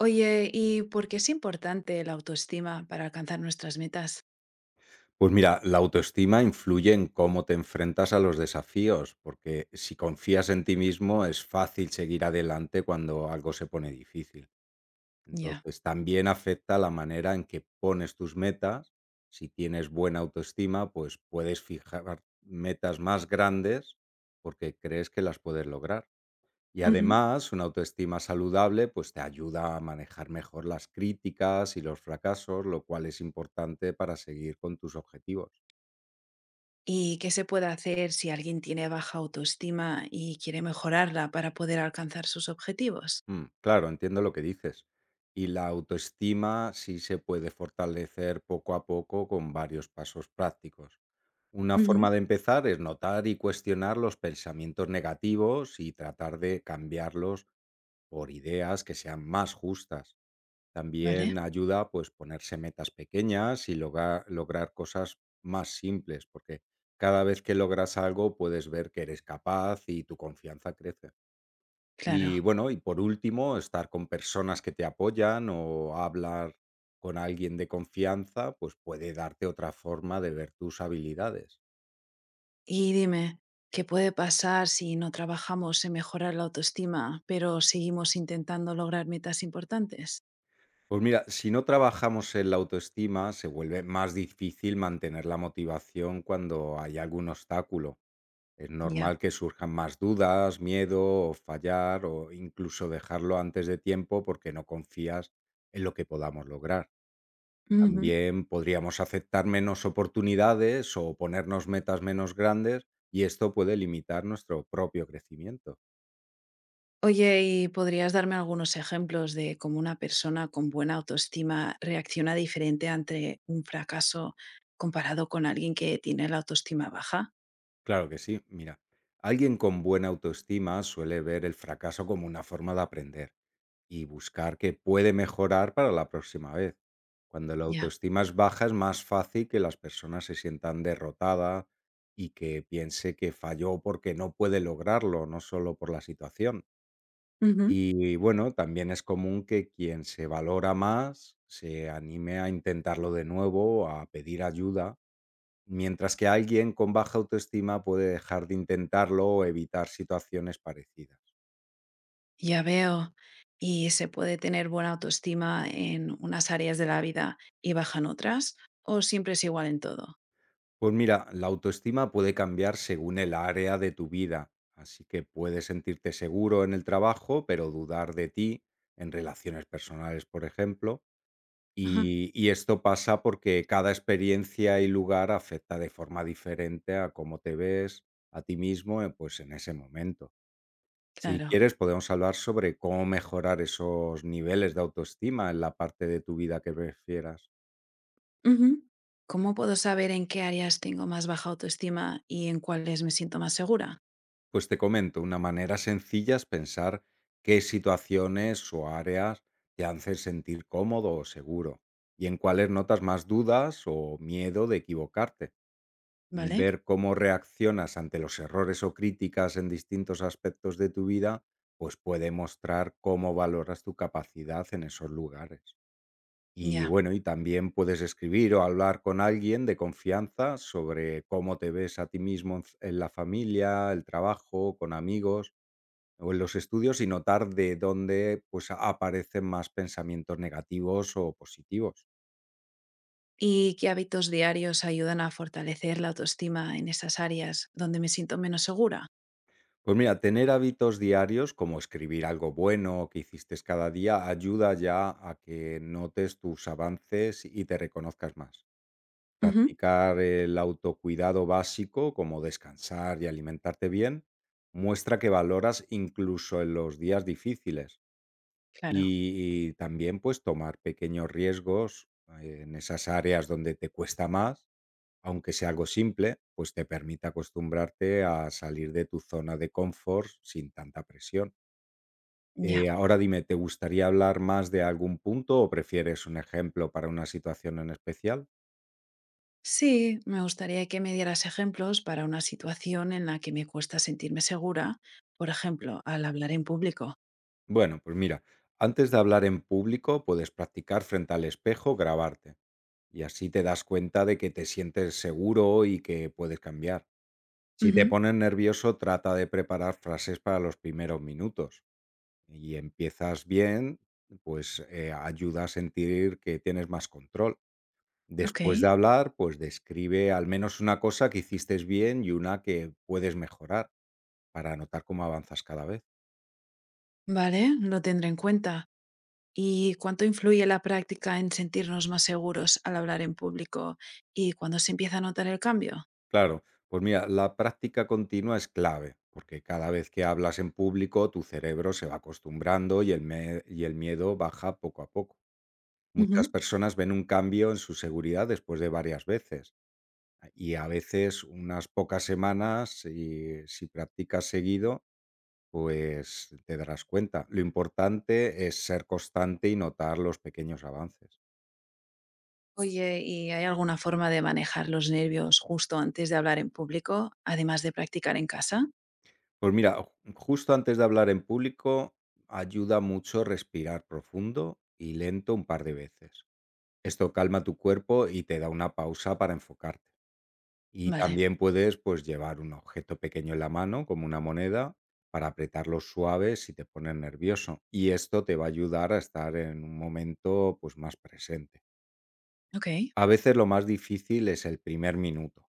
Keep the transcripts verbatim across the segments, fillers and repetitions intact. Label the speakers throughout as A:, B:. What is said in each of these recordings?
A: Oye, ¿y por qué es importante la autoestima para alcanzar nuestras metas?
B: Pues mira, la autoestima influye en cómo te enfrentas a los desafíos, porque si confías en ti mismo es fácil seguir adelante cuando algo se pone difícil.
A: Ya.
B: Entonces, también afecta la manera en que pones tus metas. Si tienes buena autoestima, pues puedes fijar metas más grandes porque crees que las puedes lograr. Y
A: Ujú.
B: además, una autoestima saludable pues te ayuda a manejar mejor las críticas y los fracasos, lo cual es importante para seguir con tus objetivos.
A: ¿Y qué se puede hacer si alguien tiene baja autoestima y quiere mejorarla para poder alcanzar sus objetivos?
B: Mm, claro, entiendo lo que dices. Y la autoestima sí se puede fortalecer poco a poco con varios pasos prácticos. Una
A: Ujú.
B: forma de empezar es notar y cuestionar los pensamientos negativos y tratar de cambiarlos por ideas que sean más justas. También
A: Vale,
B: ayuda, pues, ponerse metas pequeñas y loga- lograr cosas más simples, porque cada vez que logras algo puedes ver que eres capaz y tu confianza crece.
A: claro.
B: Y bueno, y por último, estar con personas que te apoyan o hablar con alguien de confianza, pues puede darte otra forma de ver tus habilidades.
A: Y dime, ¿qué puede pasar si no trabajamos en mejorar la autoestima, pero seguimos intentando lograr metas importantes?
B: Pues mira, si no trabajamos en la autoestima, se vuelve más difícil mantener la motivación cuando hay algún obstáculo. Es
A: Ya.
B: normal que surjan más dudas, miedo o fallar o incluso dejarlo antes de tiempo porque no confías en lo que podamos lograr.
A: Ujú.
B: También podríamos aceptar menos oportunidades o ponernos metas menos grandes y esto puede limitar nuestro propio crecimiento.
A: Oye, ¿y podrías darme algunos ejemplos de cómo una persona con buena autoestima reacciona diferente ante un fracaso comparado con alguien que tiene la autoestima baja?
B: Claro que sí, mira, alguien con buena autoestima suele ver el fracaso como una forma de aprender y buscar que puede mejorar para la próxima vez. Cuando la
A: Ya.
B: autoestima es baja es más fácil que las personas se sientan derrotadas y que piense que falló porque no puede lograrlo, no solo por la situación.
A: Ujú.
B: Y bueno, también es común que quien se valora más se anime a intentarlo de nuevo, a pedir ayuda, mientras que alguien con baja autoestima puede dejar de intentarlo o evitar situaciones parecidas.
A: Ya veo. ¿Y se puede tener buena autoestima en unas áreas de la vida y baja en otras? ¿O siempre es igual en todo?
B: Pues mira, la autoestima puede cambiar según el área de tu vida, así que puedes sentirte seguro en el trabajo, pero dudar de ti en relaciones personales, por ejemplo.
A: Ajá,
B: Y y esto pasa porque cada experiencia y lugar afecta de forma diferente a cómo te ves a ti mismo, eh, pues, en ese momento. Si
A: claro.
B: quieres, podemos hablar sobre cómo mejorar esos niveles de autoestima en la parte de tu vida que prefieras.
A: Ujú. ¿Cómo puedo saber en qué áreas tengo más baja autoestima y en cuáles me siento más segura?
B: Pues te comento, una manera sencilla es pensar qué situaciones o áreas te hacen sentir cómodo o seguro, y en cuáles notas más dudas o miedo de equivocarte.
A: ¿Vale?
B: Ver cómo reaccionas ante los errores o críticas en distintos aspectos de tu vida, pues puede mostrar cómo valoras tu capacidad en esos lugares. Y
A: Ya.
B: bueno, y también puedes escribir o hablar con alguien de confianza sobre cómo te ves a ti mismo en f- en la familia, el trabajo, con amigos o en los estudios y notar de dónde pues aparecen más pensamientos negativos o positivos.
A: ¿Y qué hábitos diarios ayudan a fortalecer la autoestima en esas áreas donde me siento menos segura?
B: Pues mira, tener hábitos diarios, como escribir algo bueno que hiciste cada día, ayuda ya a que notes tus avances y te reconozcas más.
A: Ujú.
B: Practicar el autocuidado básico, como descansar y alimentarte bien, muestra que valoras incluso en los días difíciles.
A: Claro,
B: Y, y también pues tomar pequeños riesgos, eh, en esas áreas donde te cuesta más, aunque sea algo simple, pues te permite acostumbrarte a salir de tu zona de confort sin tanta presión. Eh,
A: ya.
B: ahora dime, ¿te gustaría hablar más de algún punto o prefieres un ejemplo para una situación en especial?
A: Sí, me gustaría que me dieras ejemplos para una situación en la que me cuesta sentirme segura, por ejemplo, al hablar en público.
B: Bueno, pues mira, antes de hablar en público puedes practicar frente al espejo, grabarte y así te das cuenta de que te sientes seguro y que puedes cambiar. Si te
A: Ujú.
B: pones nervioso, trata de preparar frases para los primeros minutos y empiezas bien, pues, eh, ayuda a sentir que tienes más control.
A: Ok,
B: Después de hablar, pues describe al menos una cosa que hiciste bien y una que puedes mejorar para notar cómo avanzas cada vez.
A: vale, lo tendré en cuenta. ¿Y cuánto influye la práctica en sentirnos más seguros al hablar en público y cuándo se empieza a notar el cambio?
B: Claro, pues mira, la práctica continua es clave, porque cada vez que hablas en público tu cerebro se va acostumbrando y el, me- y el miedo baja poco a poco. Muchas
A: Ujú.
B: personas ven un cambio en su seguridad después de varias veces. Y a veces unas pocas semanas, y si practicas seguido, pues te darás cuenta. Lo importante es ser constante y notar los pequeños avances.
A: Oye, ¿y hay alguna forma de manejar los nervios justo antes de hablar en público, además de practicar en casa?
B: Pues mira, ju- justo antes de hablar en público, ayuda mucho respirar profundo y lento un par de veces. Esto calma tu cuerpo y te da una pausa para enfocarte. Y
A: Vale,
B: también puedes, pues, llevar un objeto pequeño en la mano, como una moneda, para apretarlo suave si te pones nervioso. Y esto te va a ayudar a estar en un momento, pues, más presente.
A: ok.
B: A veces lo más difícil es el primer minuto.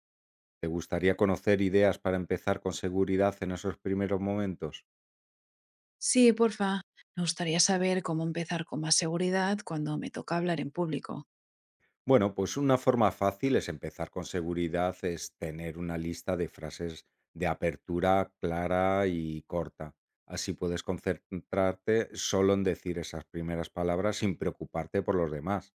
B: ¿Te gustaría conocer ideas para empezar con seguridad en esos primeros momentos?
A: Sí, porfa. Me gustaría saber cómo empezar con más seguridad cuando me toca hablar en público.
B: Bueno, pues una forma fácil es empezar con seguridad, es tener una lista de frases de apertura clara y corta. Así puedes concentrarte solo en decir esas primeras palabras sin preocuparte por los demás.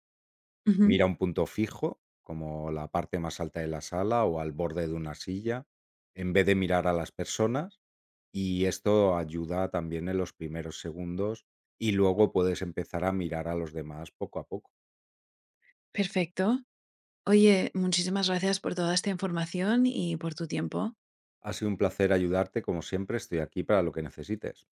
A: Ujú.
B: Mira un punto fijo, como la parte más alta de la sala o al borde de una silla, en vez de mirar a las personas. Y esto ayuda también en los primeros segundos y luego puedes empezar a mirar a los demás poco a poco.
A: Perfecto. Oye, muchísimas gracias por toda esta información y por tu tiempo.
B: Ha sido un placer ayudarte, como siempre estoy aquí para lo que necesites.